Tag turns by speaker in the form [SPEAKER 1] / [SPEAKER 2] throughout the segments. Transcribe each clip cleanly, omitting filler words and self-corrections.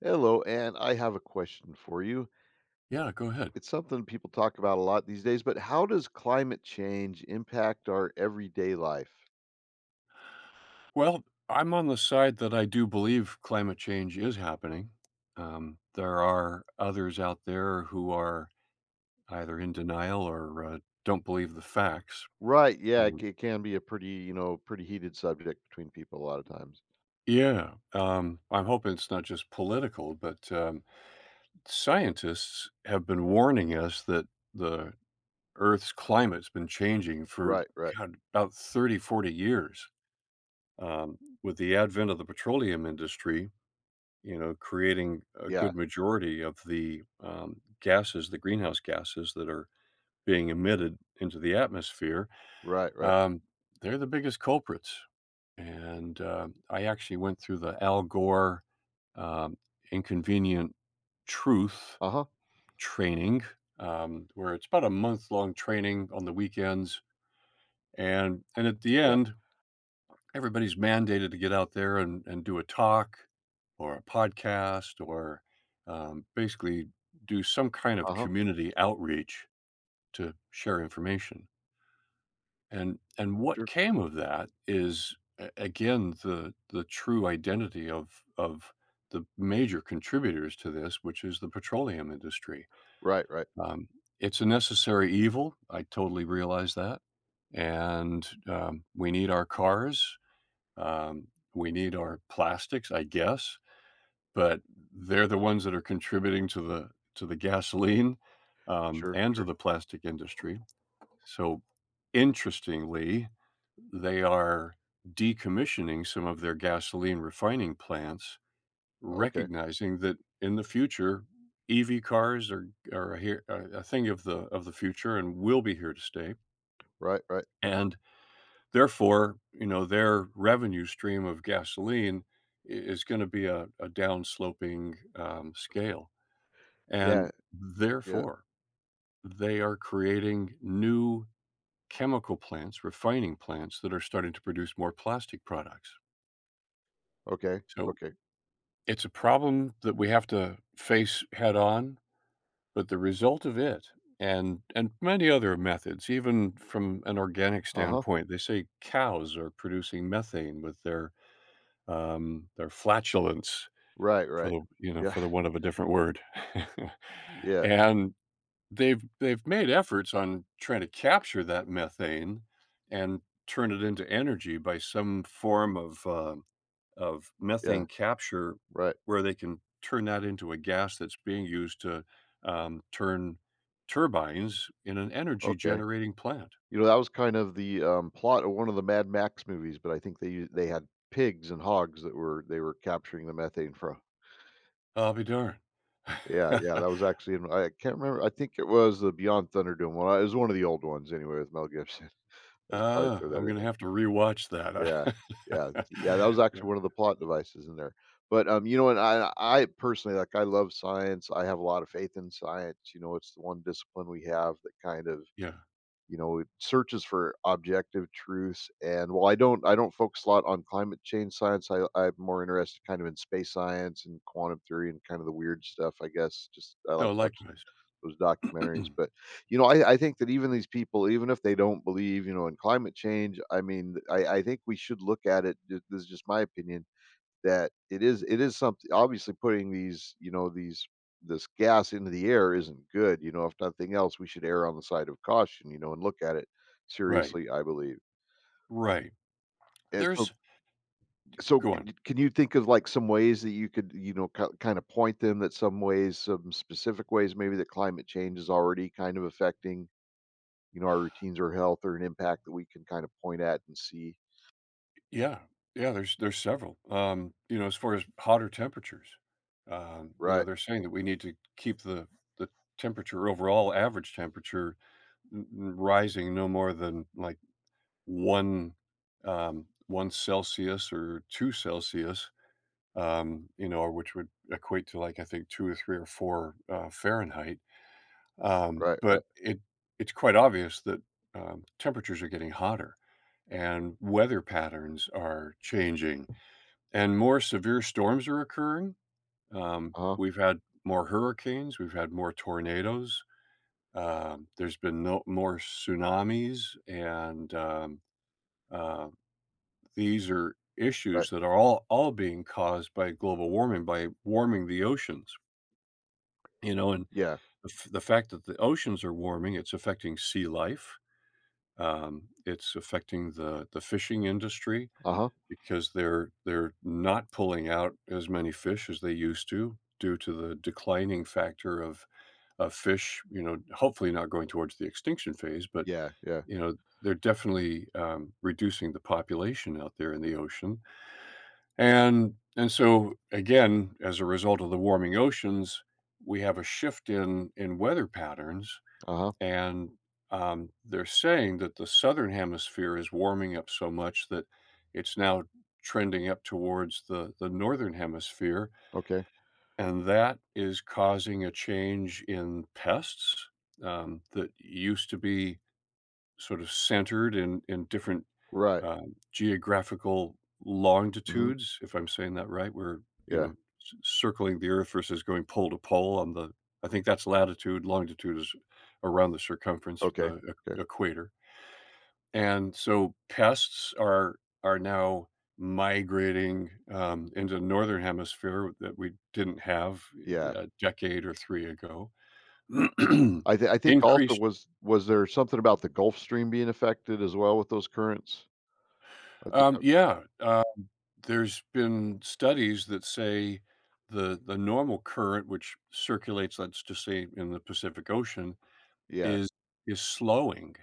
[SPEAKER 1] Hello, and I have a question for you.
[SPEAKER 2] Yeah, go ahead.
[SPEAKER 1] It's something people talk about a lot these days, but how does climate change impact our everyday life?
[SPEAKER 2] Well, I'm on the side that I do believe climate change is happening. There are others out there who are either in denial or don't believe the facts.
[SPEAKER 1] Right. Yeah,
[SPEAKER 2] Mm.
[SPEAKER 1] it can be a pretty, pretty heated subject between people a lot of times.
[SPEAKER 2] Yeah, I'm hoping it's not just political, but scientists have been warning us that the Earth's climate's been changing for
[SPEAKER 1] Right, right.
[SPEAKER 2] God, about 30, 40 years. With the advent of the petroleum industry, creating a
[SPEAKER 1] Yeah.
[SPEAKER 2] good majority of the, gases, the greenhouse gases that are being emitted into the atmosphere,
[SPEAKER 1] Right, right.
[SPEAKER 2] um, they're the biggest culprits. And, I actually went through the Al Gore, um, Inconvenient Truth
[SPEAKER 1] Uh-huh.
[SPEAKER 2] training, where it's about a month-long training on the weekends, and at the
[SPEAKER 1] Yeah.
[SPEAKER 2] end everybody's mandated to get out there and, do a talk or a podcast or basically do some kind of
[SPEAKER 1] Uh-huh.
[SPEAKER 2] community outreach to share information. And what
[SPEAKER 1] Sure.
[SPEAKER 2] came of that is again, the true identity of the major contributors to this, which is the petroleum industry.
[SPEAKER 1] Right, right.
[SPEAKER 2] Um, it's a necessary evil. I totally realize that, and we need our cars. Um, we need our plastics, I guess, but they're the ones that are contributing to the gasoline
[SPEAKER 1] Sure,
[SPEAKER 2] and to
[SPEAKER 1] sure.
[SPEAKER 2] the plastic industry. So, interestingly, they are decommissioning some of their gasoline refining plants,
[SPEAKER 1] Okay.
[SPEAKER 2] recognizing that in the future, EV cars are a, here a thing of the future and will be here to stay.
[SPEAKER 1] Right, right.
[SPEAKER 2] And therefore, you know, their revenue stream of gasoline I is gonna be a downsloping, scale,
[SPEAKER 1] Yeah.
[SPEAKER 2] and
[SPEAKER 1] Yeah.
[SPEAKER 2] therefore, they are creating new chemical plants, refining plants that are starting to produce more plastic products.
[SPEAKER 1] Okay.
[SPEAKER 2] So,
[SPEAKER 1] Okay.
[SPEAKER 2] it's a problem that we have to face head on, but the result of it and and many other methods, even from an organic
[SPEAKER 1] Uh-huh.
[SPEAKER 2] standpoint, they say cows are producing methane with their flatulence
[SPEAKER 1] Right,
[SPEAKER 2] for
[SPEAKER 1] right.
[SPEAKER 2] the you know,
[SPEAKER 1] Yeah.
[SPEAKER 2] for the want of a different word.
[SPEAKER 1] Yeah.
[SPEAKER 2] And they've made efforts on trying to capture that methane and turn it into energy by some form of
[SPEAKER 1] Yeah.
[SPEAKER 2] methane capture
[SPEAKER 1] Right.
[SPEAKER 2] where they can turn that into a gas that's being used to, turn turbines in an energy
[SPEAKER 1] Okay.
[SPEAKER 2] generating plant.
[SPEAKER 1] You know, that was kind of the plot of one of the Mad Max movies, but I think they had pigs and hogs that were they were capturing the methane from.
[SPEAKER 2] I'll be darned.
[SPEAKER 1] Yeah, yeah, that was actually in I can't remember, I think it was the Beyond Thunderdome one, it was one of the old ones anyway with Mel Gibson. I just thought I'd
[SPEAKER 2] Ah,
[SPEAKER 1] throw that
[SPEAKER 2] I'm
[SPEAKER 1] in
[SPEAKER 2] gonna
[SPEAKER 1] there.
[SPEAKER 2] have to rewatch that.
[SPEAKER 1] Yeah,
[SPEAKER 2] I
[SPEAKER 1] yeah, that was
[SPEAKER 2] Yeah,
[SPEAKER 1] actually one of the plot devices in there. But, you know, and I personally, like, I love science, I have a lot of faith in science, you know, it's the one discipline we have that kind of
[SPEAKER 2] yeah.
[SPEAKER 1] it searches for objective truths. And while I don't focus a lot on climate change science, I'm more interested kind of in space science and quantum theory and kind of the weird stuff, I guess. Just I
[SPEAKER 2] No,
[SPEAKER 1] like watching
[SPEAKER 2] likewise.
[SPEAKER 1] those documentaries. But you know, I think that even these people, even if they don't believe, you know, in climate change, I mean, I think we should look at it. This is just my opinion that it is something obviously putting these, you know, these this gas into the air isn't good, you know, if nothing else, we should err on the side of caution, you know, and look at it
[SPEAKER 2] Right,
[SPEAKER 1] seriously, I believe.
[SPEAKER 2] right.
[SPEAKER 1] And so
[SPEAKER 2] There's—
[SPEAKER 1] so
[SPEAKER 2] go on.
[SPEAKER 1] can you think of, like, some ways that you could, you know, kinda point them that some ways, some specific ways maybe that climate change is already kind of affecting, you know, our routines or health or an impact that we can kind of point at and see?
[SPEAKER 2] Yeah, yeah, there's several. You know, as far as hotter temperatures,
[SPEAKER 1] Right,
[SPEAKER 2] they're saying that we need to keep the the temperature, overall average temperature n n rising no more than, like, 1, 1 Celsius or 2 Celsius, you know, or which would equate to, like, I think two or three or four Fahrenheit.
[SPEAKER 1] right, right.
[SPEAKER 2] But it's quite obvious that temperatures are getting hotter, and weather patterns are changing, and more severe storms are occurring.
[SPEAKER 1] Uh-huh,
[SPEAKER 2] We've had more hurricanes, we've had more tornadoes. There's been no more tsunamis, and uh, these are
[SPEAKER 1] right.
[SPEAKER 2] issues that are all being caused by global warming, by warming the oceans. You know, and
[SPEAKER 1] Yeah.
[SPEAKER 2] the fact that the oceans are warming, it's affecting sea life, it's affecting the fishing industry
[SPEAKER 1] Uh-huh.
[SPEAKER 2] because they're not pulling out as many fish as they used to due to the declining factor of fish, you know, hopefully not going towards the extinction phase, but,
[SPEAKER 1] Yeah, yeah.
[SPEAKER 2] you know, they're definitely, reducing the population out there in the ocean, and so, again, as a result of the warming oceans, we have a shift in weather patterns,
[SPEAKER 1] Uh-huh.
[SPEAKER 2] and they're saying that the southern hemisphere is warming up so much that it's now trending up towards the northern hemisphere.
[SPEAKER 1] Okay.
[SPEAKER 2] And that is causing a change in pests that used to be sort of centered in different,
[SPEAKER 1] Right.
[SPEAKER 2] geographical
[SPEAKER 1] Mhm.
[SPEAKER 2] longitudes, if I'm saying that right. We're, you
[SPEAKER 1] Yeah.
[SPEAKER 2] know, c circling the Earth versus going pole to pole on the— I think that's latitude; longitude is around the circumference,
[SPEAKER 1] Okay.
[SPEAKER 2] the
[SPEAKER 1] Okay.
[SPEAKER 2] e equator, and so pests are now migrating, into northern hemisphere that we didn't have
[SPEAKER 1] Yeah.
[SPEAKER 2] a decade or 3 ago.
[SPEAKER 1] I think also
[SPEAKER 2] Increased
[SPEAKER 1] was there something about the Gulf Stream being affected as well with those currents? I think I've
[SPEAKER 2] yeah, there's been studies that say the normal current, which circulates, let's just say, in the Pacific Ocean,
[SPEAKER 1] yeah.
[SPEAKER 2] is is slowing,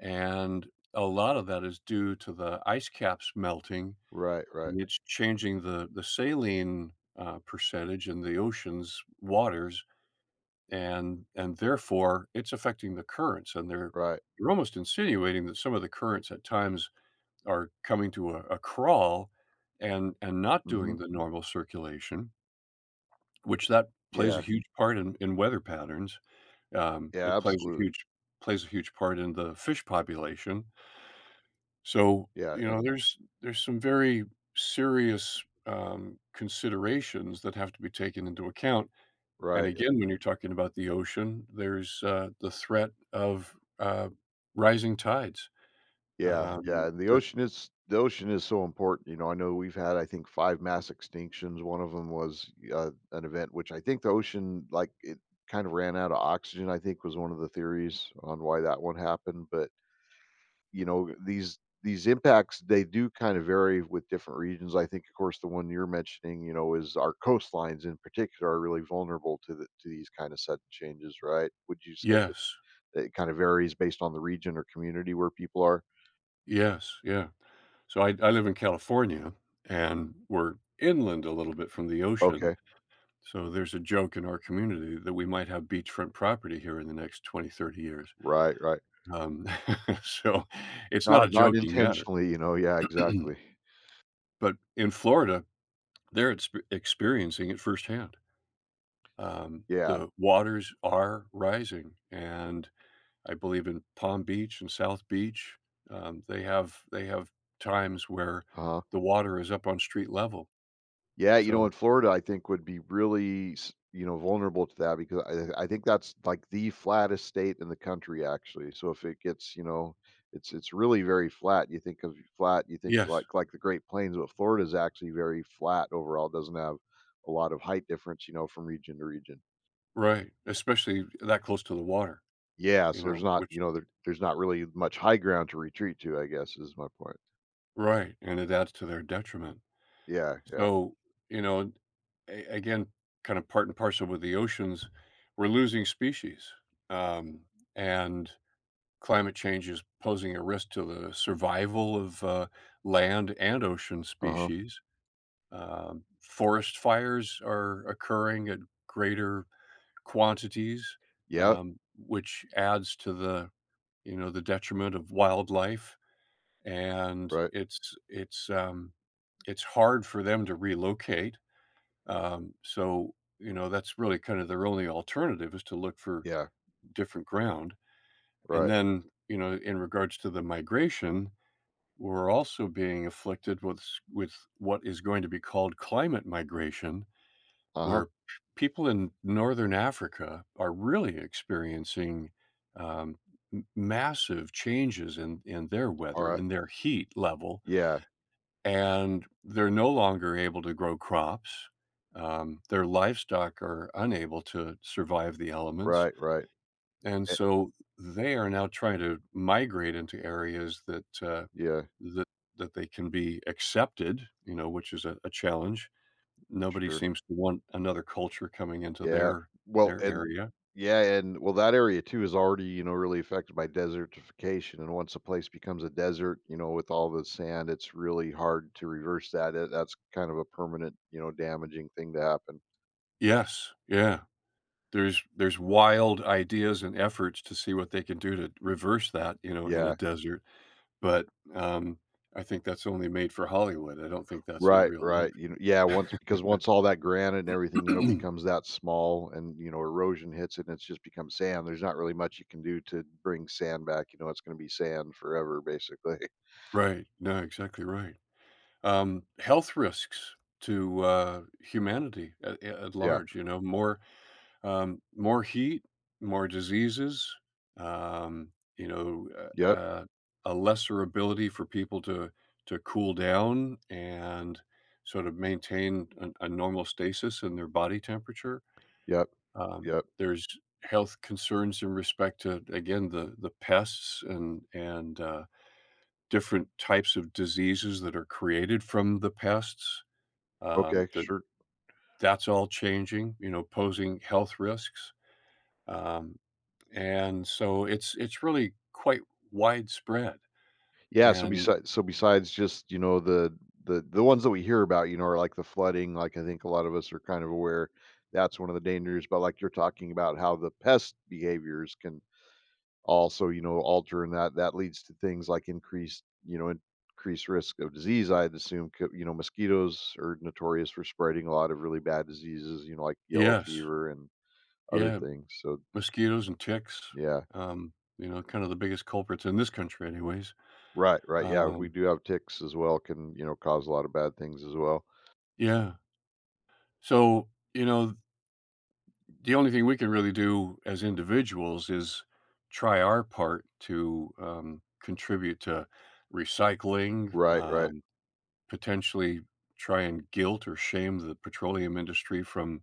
[SPEAKER 2] and a lot of that is due to the ice caps melting,
[SPEAKER 1] Right, right,
[SPEAKER 2] and it's changing the saline percentage in the ocean's waters, and therefore it's affecting the currents, and they're
[SPEAKER 1] right.
[SPEAKER 2] they're almost insinuating that some of the currents at times are coming to a crawl and not doing
[SPEAKER 1] Mhm.
[SPEAKER 2] the normal circulation, which that plays a
[SPEAKER 1] Yeah.
[SPEAKER 2] huge part in weather patterns.
[SPEAKER 1] Yeah,
[SPEAKER 2] It
[SPEAKER 1] absolutely.
[SPEAKER 2] plays a huge part in the fish population. So,
[SPEAKER 1] Yeah,
[SPEAKER 2] you
[SPEAKER 1] eh,
[SPEAKER 2] know, there's some very serious considerations that have to be taken into account. And
[SPEAKER 1] right.
[SPEAKER 2] again, when you're talking about the ocean, there's the threat of rising tides.
[SPEAKER 1] Yeah, yeah, and
[SPEAKER 2] That—
[SPEAKER 1] the ocean is so important, you know, I know we've had, I think, 5 mass extinctions. One of them was, an event which I think the ocean, like, it kind of ran out of oxygen, I think was one of the theories on why that one happened, but you know, these impacts they do kind of vary with different regions. I think, of course, the one you're mentioning, you know, is our coastlines in particular are really vulnerable to these kind of sudden changes, right? Would you say
[SPEAKER 2] yes,
[SPEAKER 1] that it kind of varies based on the region or community where people are?
[SPEAKER 2] yes, yeah. So I, live in California and we're inland a little bit from the ocean.
[SPEAKER 1] Okay,
[SPEAKER 2] So there's a joke in our community that we might have beachfront property here in the next 20, 30 years.
[SPEAKER 1] right, right.
[SPEAKER 2] Um, so it's not
[SPEAKER 1] Not
[SPEAKER 2] a
[SPEAKER 1] not
[SPEAKER 2] joking matter.
[SPEAKER 1] intentionally, you know. Yeah, exactly.
[SPEAKER 2] But in Florida, they're experiencing it firsthand.
[SPEAKER 1] Yeah.
[SPEAKER 2] The waters are rising. And I believe in Palm Beach and South Beach, they have times where
[SPEAKER 1] Uh
[SPEAKER 2] the water is up on street level.
[SPEAKER 1] Yeah, you know,
[SPEAKER 2] So
[SPEAKER 1] in Florida, I think would be really, s you know, vulnerable to that because I think that's, like, the flattest state in the country, actually. So if it gets, you know, it's really very flat. You think of flat, you think
[SPEAKER 2] yes.
[SPEAKER 1] like the Great Plains, but Florida is actually very flat overall. It doesn't have a lot of height difference, you know, from region to region.
[SPEAKER 2] Right, especially that close to the water,
[SPEAKER 1] Yeah,
[SPEAKER 2] you
[SPEAKER 1] so there's
[SPEAKER 2] know,
[SPEAKER 1] not, you
[SPEAKER 2] which—
[SPEAKER 1] know, there's not really much high ground to retreat to, I guess, is my point.
[SPEAKER 2] Right, and it adds to their detriment.
[SPEAKER 1] Yeah, yeah.
[SPEAKER 2] So, you know, a again, kind of part and parcel with the oceans, we're losing species, um, and climate change is posing a risk to the survival of, land and ocean
[SPEAKER 1] Uh-huh.
[SPEAKER 2] species. Forest fires are occurring at greater quantities,
[SPEAKER 1] Yeah,
[SPEAKER 2] which adds to the, you know, the detriment of wildlife, and
[SPEAKER 1] right.
[SPEAKER 2] it's hard for them to relocate, so, you know, that's really kind of their only alternative, is to look for
[SPEAKER 1] Yeah,
[SPEAKER 2] different ground. And
[SPEAKER 1] right.
[SPEAKER 2] then, you know, in regards to the migration, we're also being afflicted with s with what is going to be called climate migration,
[SPEAKER 1] Uh-huh.
[SPEAKER 2] where people in Northern Africa are really experiencing, um, m massive changes in their weather,
[SPEAKER 1] Alright.
[SPEAKER 2] in their heat level,
[SPEAKER 1] Yeah,
[SPEAKER 2] and they're no longer able to grow crops. Their livestock are unable to survive the elements.
[SPEAKER 1] right, right.
[SPEAKER 2] And
[SPEAKER 1] Eh,
[SPEAKER 2] so they are now trying to migrate into areas
[SPEAKER 1] yeah,
[SPEAKER 2] that, that they can be accepted, you know, which is a challenge. Nobody
[SPEAKER 1] sure.
[SPEAKER 2] seems to want another culture coming into
[SPEAKER 1] Yeah.
[SPEAKER 2] their,
[SPEAKER 1] Well,
[SPEAKER 2] their
[SPEAKER 1] and
[SPEAKER 2] area.
[SPEAKER 1] yeah, and well, that area too is already, you know, really affected by desertification. And once a place becomes a desert, you know, with all the sand, it's really hard to reverse that. That's kind of a permanent, you know, damaging thing to happen.
[SPEAKER 2] Yes. Yeah. There's wild ideas and efforts to see what they can do to reverse that, you know, in
[SPEAKER 1] Yeah.
[SPEAKER 2] a desert. But, um, I think that's only made for Hollywood, I don't think that's in
[SPEAKER 1] Right,
[SPEAKER 2] real
[SPEAKER 1] right. You know, yeah, once because
[SPEAKER 2] life.
[SPEAKER 1] once all that granite and everything, you know, becomes that small and, you know, erosion hits it and it's just become sand. There's not really much you can do to bring sand back. You know, it's going to be sand forever, basically.
[SPEAKER 2] Right, no, exactly right. Health risks to, humanity at
[SPEAKER 1] Yeah.
[SPEAKER 2] large, you know, more, more heat, more diseases, you know, uh,
[SPEAKER 1] Yep.
[SPEAKER 2] uh, a lesser ability for people to cool down and sort of maintain a normal stasis in their body temperature.
[SPEAKER 1] Yep. Yep.
[SPEAKER 2] There's health concerns in respect to, again, the pests and different types of diseases that are created from the pests.
[SPEAKER 1] Okay,
[SPEAKER 2] That
[SPEAKER 1] sure.
[SPEAKER 2] that's all changing, you know, posing health risks. Um, and so it's really quite widespread.
[SPEAKER 1] Yeah,
[SPEAKER 2] And
[SPEAKER 1] so besides just, you know, the ones that we hear about, you know, are like the flooding, like I think a lot of us are kind of aware that's one of the dangers, but like you're talking about how the pest behaviors can also, you know, alter and that that leads to things like increased, you know, increased risk of disease, I'd assume, you know, mosquitoes are notorious for spreading a lot of really bad diseases, you know, like yellow
[SPEAKER 2] yes,
[SPEAKER 1] fever and other
[SPEAKER 2] yeah,
[SPEAKER 1] things. So,
[SPEAKER 2] mosquitoes and ticks,
[SPEAKER 1] yeah.
[SPEAKER 2] you know, kind of the biggest culprits in this country, anyways.
[SPEAKER 1] Right, right. Yeah, we
[SPEAKER 2] Um,
[SPEAKER 1] do have ticks as well can, you know, cause a lot of bad things as well.
[SPEAKER 2] yeah. So, you know, the only thing we can really do as individuals is try our part to, contribute to recycling,
[SPEAKER 1] Right, right.
[SPEAKER 2] potentially try and guilt or shame the petroleum industry from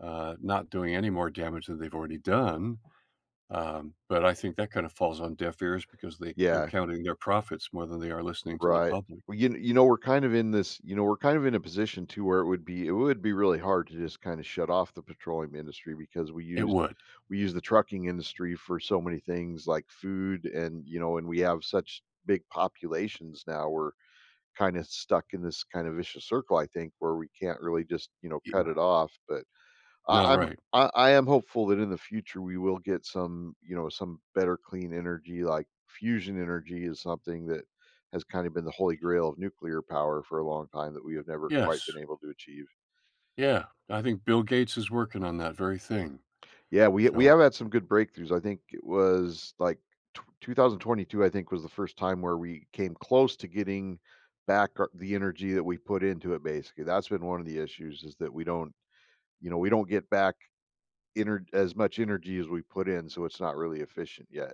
[SPEAKER 2] not doing any more damage than they've already done. But I think that kind of falls on deaf ears, because they, they're
[SPEAKER 1] Yeah,
[SPEAKER 2] counting their profits more than they are listening to the
[SPEAKER 1] right.
[SPEAKER 2] public.
[SPEAKER 1] Well, you know, we're kind of in this you know, we're kind of in a position too where it would be really hard to just kinda shut off the petroleum industry because
[SPEAKER 2] It would.
[SPEAKER 1] we use the trucking industry for so many things like food and, you know, and we have such big populations now, we're kinda stuck in this kind of vicious circle, I think, where we can't really just, you know, cut
[SPEAKER 2] Yeah.
[SPEAKER 1] it off, but
[SPEAKER 2] No,
[SPEAKER 1] I'm
[SPEAKER 2] right.
[SPEAKER 1] I am hopeful that in the future we will get some, you know, some better clean energy. Like fusion energy is something that has kind of been the holy grail of nuclear power for a long time that we have never quite
[SPEAKER 2] Yes.
[SPEAKER 1] been able to achieve.
[SPEAKER 2] Yeah. I think Bill Gates is working on that very thing.
[SPEAKER 1] Yeah, we
[SPEAKER 2] So,
[SPEAKER 1] have had some good breakthroughs. I think it was like tw 2022. I think was the first time where we came close to getting back the energy that we put into it. Basically, that's been one of the issues is that we don't, you know, we don't get back as much energy as we put in, so it's not really efficient yet.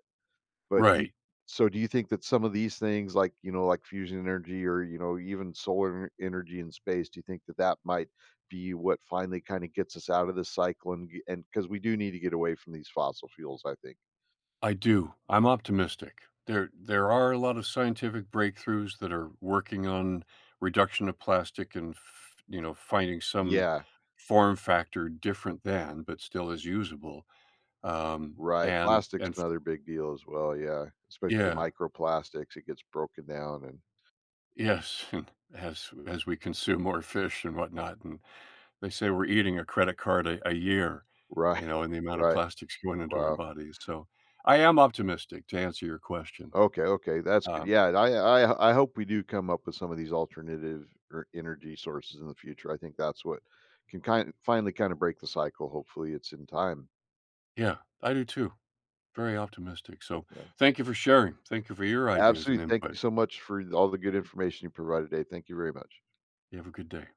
[SPEAKER 1] But you
[SPEAKER 2] right.
[SPEAKER 1] so do you think that some of these things like, you know, like fusion energy or, you know, even solar energy in space, do you think that that might be what finally kinda gets us out of this cycle and because we do need to get away from these fossil fuels, I think.
[SPEAKER 2] I do. I'm optimistic. There are a lot of scientific breakthroughs that are working on reduction of plastic and, f you know, finding some
[SPEAKER 1] Yeah,
[SPEAKER 2] form factor different than, but still is usable,
[SPEAKER 1] right. Plastic's
[SPEAKER 2] and f
[SPEAKER 1] another big deal as well, yeah, especially the
[SPEAKER 2] yeah.
[SPEAKER 1] microplastics, it gets broken down and
[SPEAKER 2] Yes, and as we consume more fish and whatnot, and they say we're eating a credit card a year,
[SPEAKER 1] Right,
[SPEAKER 2] you know, and the amount of
[SPEAKER 1] right.
[SPEAKER 2] plastics going into our
[SPEAKER 1] Wow.
[SPEAKER 2] bodies, so I am optimistic, to answer your question.
[SPEAKER 1] Okay, okay, that's good.
[SPEAKER 2] Um
[SPEAKER 1] Yeah, and I hope we do come up with some of these alternative energy sources in the future. I think that's what can kind finally kind of break the cycle. Hopefully, it's in time.
[SPEAKER 2] Yeah, I do too. Very optimistic. So,
[SPEAKER 1] Yeah,
[SPEAKER 2] thank you for sharing. Thank you for your ideas and
[SPEAKER 1] absolutely. Thank you
[SPEAKER 2] input.
[SPEAKER 1] so much for all the good information you provided today. Thank you very much.
[SPEAKER 2] You have a good day.